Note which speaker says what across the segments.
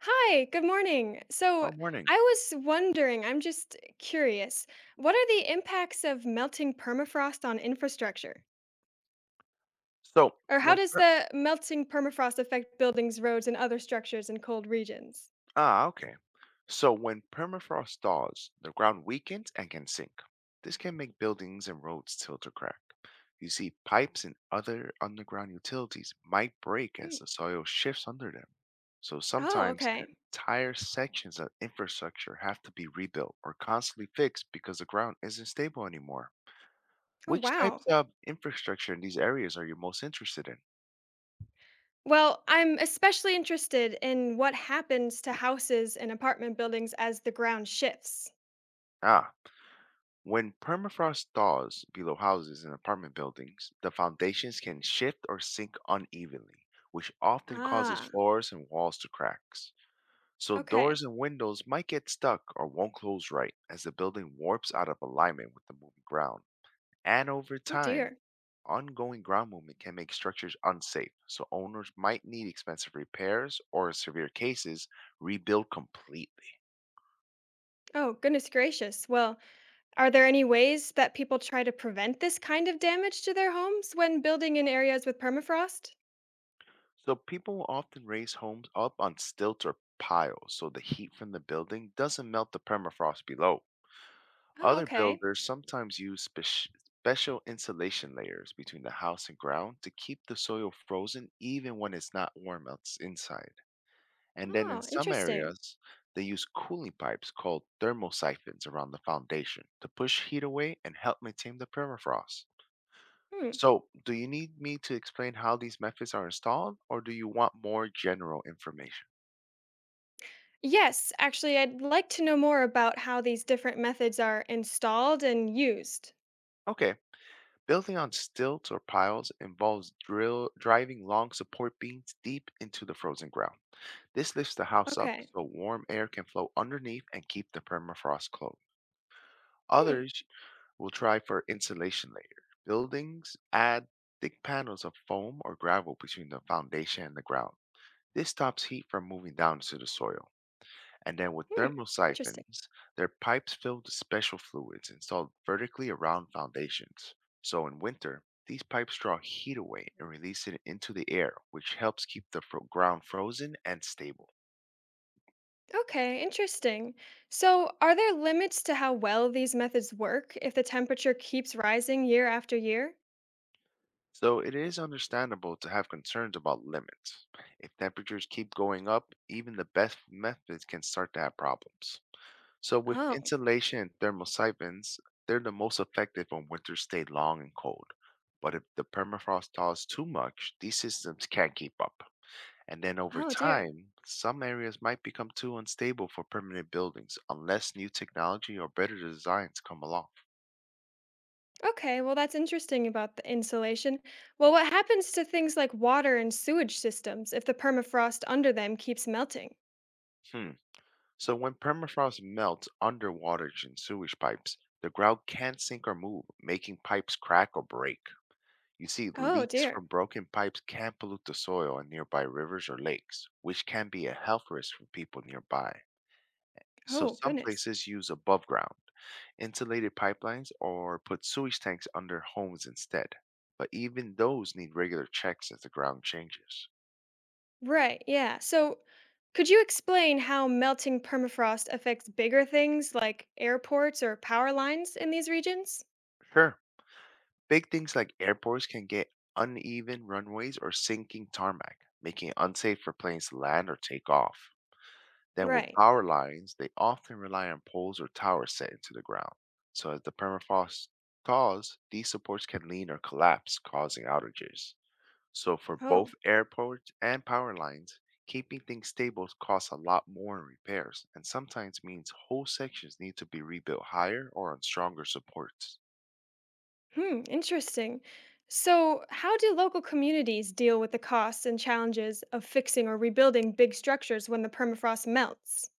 Speaker 1: Hi, good morning. So,
Speaker 2: Oh, morning.
Speaker 1: I was wondering, I'm just curious, what are the impacts of melting permafrost on infrastructure?
Speaker 2: So
Speaker 1: Or how
Speaker 2: when
Speaker 1: does
Speaker 2: per-
Speaker 1: the melting permafrost affect buildings, roads, and other structures in cold regions?
Speaker 2: ah okay, so when permafrost thaws, the ground weakens and can sink. This can make buildings and roads tilt or crack. You see, pipes and other underground utilities might break as
Speaker 1: Mm.
Speaker 2: the soil shifts under them. So
Speaker 1: Oh,
Speaker 2: sometimes
Speaker 1: okay.
Speaker 2: entire sections of infrastructure have to be rebuilt or constantly fixed because the ground isn't stable anymore.
Speaker 1: Oh,
Speaker 2: Which
Speaker 1: wow.
Speaker 2: types of infrastructure in these areas are you most interested in?
Speaker 1: Well, I'm especially interested in what happens to houses and apartment buildings as the ground shifts.
Speaker 2: Ah, When permafrost thaws below houses and apartment buildings, the foundations can shift or sink unevenly, which often causes
Speaker 1: Ah,
Speaker 2: floors and walls to crack. So doors
Speaker 1: okay.
Speaker 2: and windows might get stuck or won't close right as the building warps out of alignment with the moving ground. And over
Speaker 1: Oh,
Speaker 2: time,
Speaker 1: dear.
Speaker 2: ongoing ground movement can make structures unsafe, so owners might need expensive repairs or, in severe cases, rebuild completely.
Speaker 1: Oh, goodness gracious. Well, are there any ways that people try to prevent this kind of damage to their homes when building in areas with permafrost?
Speaker 2: So people often raise homes up on stilts or piles so the heat from the building doesn't melt the permafrost below.
Speaker 1: Oh,
Speaker 2: Other
Speaker 1: okay.
Speaker 2: builders sometimes use special insulation layers between the house and ground to keep the soil frozen even when it's not warm inside. And then in
Speaker 1: Oh,
Speaker 2: some
Speaker 1: interesting.
Speaker 2: areas, they use cooling pipes called thermosiphons around the foundation to push heat away and help maintain the permafrost.
Speaker 1: Hmm.
Speaker 2: So, do you need me to explain how these methods are installed, or do you want more general information?
Speaker 1: Yes, actually, I'd like to know more about how these different methods are installed and used.
Speaker 2: Okay, building on stilts or piles involves drill driving long support beams deep into the frozen ground. This lifts the house up
Speaker 1: Okay.
Speaker 2: so warm air can flow underneath and keep the permafrost closed.
Speaker 1: Hmm.
Speaker 2: Others will try for insulation layer. Buildings add thick panels of foam or gravel between the foundation and the ground. This stops heat from moving down to the soil. And then with
Speaker 1: Hmm.
Speaker 2: thermal
Speaker 1: Interesting.
Speaker 2: siphons, their pipes filled with special fluids installed vertically around foundations. So in winter, these pipes draw heat away and release it into the air, which helps keep the ground frozen and stable.
Speaker 1: Okay, interesting. So, are there limits to how well these methods work if the temperature keeps rising year after year?
Speaker 2: So it is understandable to have concerns about limits. If temperatures keep going up, even the best methods can start to have problems. So with
Speaker 1: Oh,
Speaker 2: insulation and thermosiphons, they're the most effective when winters stay long and cold. But if the permafrost thaws too much, these systems can't keep up. And then over
Speaker 1: oh dear.
Speaker 2: time, some areas might become too unstable for permanent buildings unless new technology or better designs come along.
Speaker 1: Okay, well, that's interesting about the insulation. Well, what happens to things like water and sewage systems if the permafrost under them keeps melting?
Speaker 2: Hmm. So when permafrost melts under waters and sewage pipes, the ground can't sink or move, making pipes crack or break. You see,
Speaker 1: Oh,
Speaker 2: leaks
Speaker 1: dear.
Speaker 2: from broken pipes can pollute the soil in nearby rivers or lakes, which can be a health risk for people nearby. So,
Speaker 1: Oh,
Speaker 2: some
Speaker 1: goodness.
Speaker 2: places use above ground, insulated pipelines, or put sewage tanks under homes instead. But even those need regular checks as the ground changes.
Speaker 1: Right, yeah. So, could you explain how melting permafrost affects bigger things like airports or power lines in these regions?
Speaker 2: Sure, big things like airports can get uneven runways or sinking tarmac, making it unsafe for planes to land or take off. Then with
Speaker 1: Right.
Speaker 2: power lines, they often rely on poles or towers set into the ground. So as the permafrost thaws, these supports can lean or collapse, causing outages. So for both
Speaker 1: Oh,
Speaker 2: airports and power lines, keeping things stable costs a lot more in repairs and sometimes means whole sections need to be rebuilt higher or on stronger supports.
Speaker 1: hmm, interesting. So, how do local communities deal with the costs and challenges of fixing or rebuilding big structures when the permafrost melts?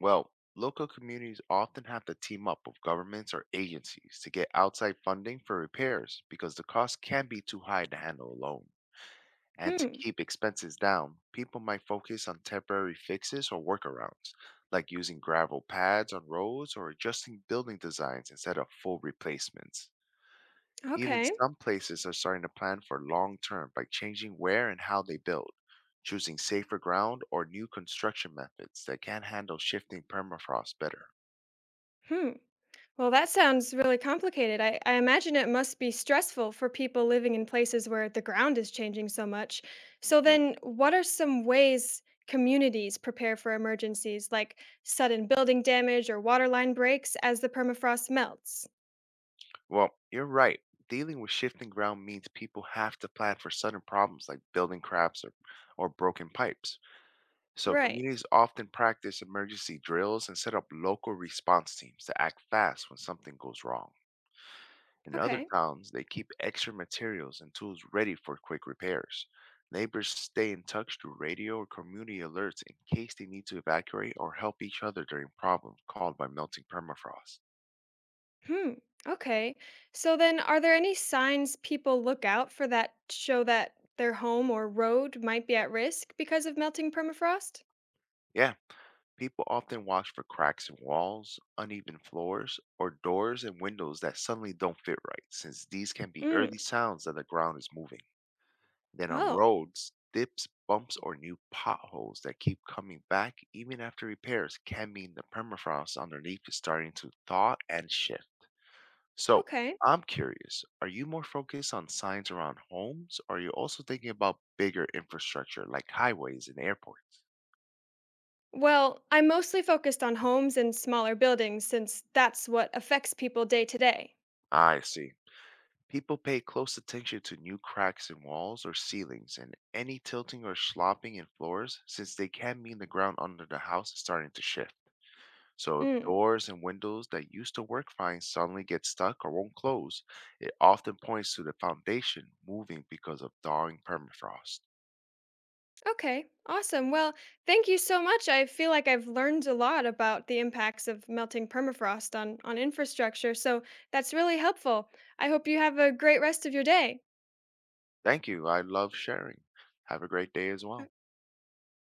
Speaker 2: Well, local communities often have to team up with governments or agencies to get outside funding for repairs because the cost can be too high to handle alone. And to
Speaker 1: Hmm.
Speaker 2: keep expenses down, people might focus on temporary fixes or workarounds, like using gravel pads on roads or adjusting building designs instead of full replacements. Even
Speaker 1: Okay.
Speaker 2: some places are starting to plan for long term by changing where and how they build, choosing safer ground or new construction methods that can handle shifting permafrost better.
Speaker 1: Hmm. Well, that sounds really complicated. I imagine it must be stressful for people living in places where the ground is changing so much. So,
Speaker 2: hmm
Speaker 1: then what are some ways communities prepare for emergencies like sudden building damage or water line breaks as the permafrost melts?
Speaker 2: Well, you're right. Dealing with shifting ground means people have to plan for sudden problems like building cracks or broken pipes. So,
Speaker 1: Right.
Speaker 2: communities often practice emergency drills and set up local response teams to act fast when something goes wrong. In other
Speaker 1: Okay.
Speaker 2: towns, they keep extra materials and tools ready for quick repairs. Neighbors stay in touch through radio or community alerts in case they need to evacuate or help each other during problems caused by melting permafrost.
Speaker 1: Hmm. Okay. So, then are there any signs people look out for that show that their home or road might be at risk because of melting permafrost?
Speaker 2: Yeah, people often watch for cracks in walls, uneven floors, or doors and windows that suddenly don't fit right, since these can be
Speaker 1: Mm.
Speaker 2: early signs that the ground is moving. Then on
Speaker 1: Oh,
Speaker 2: roads, dips, bumps, or new potholes that keep coming back even after repairs can mean the permafrost underneath is starting to thaw and shift. So
Speaker 1: okay.
Speaker 2: I'm curious, are you more focused on signs around homes or are you also thinking about bigger infrastructure like highways and airports?
Speaker 1: Well, I'm mostly focused on homes and smaller buildings since that's what affects people day to day.
Speaker 2: I see. People pay close attention to new cracks in walls or ceilings and any tilting or slopping in floors since they can mean the ground under the house is starting to shift. So if
Speaker 1: Mm,
Speaker 2: doors and windows that used to work fine suddenly get stuck or won't close, it often points to the foundation moving because of thawing permafrost.
Speaker 1: okay, awesome. Well, thank you so much. I feel like I've learned a lot about the impacts of melting permafrost on infrastructure, so that's really helpful. I hope you have a great rest of your day.
Speaker 2: Thank you. I love sharing. Have a great day as well.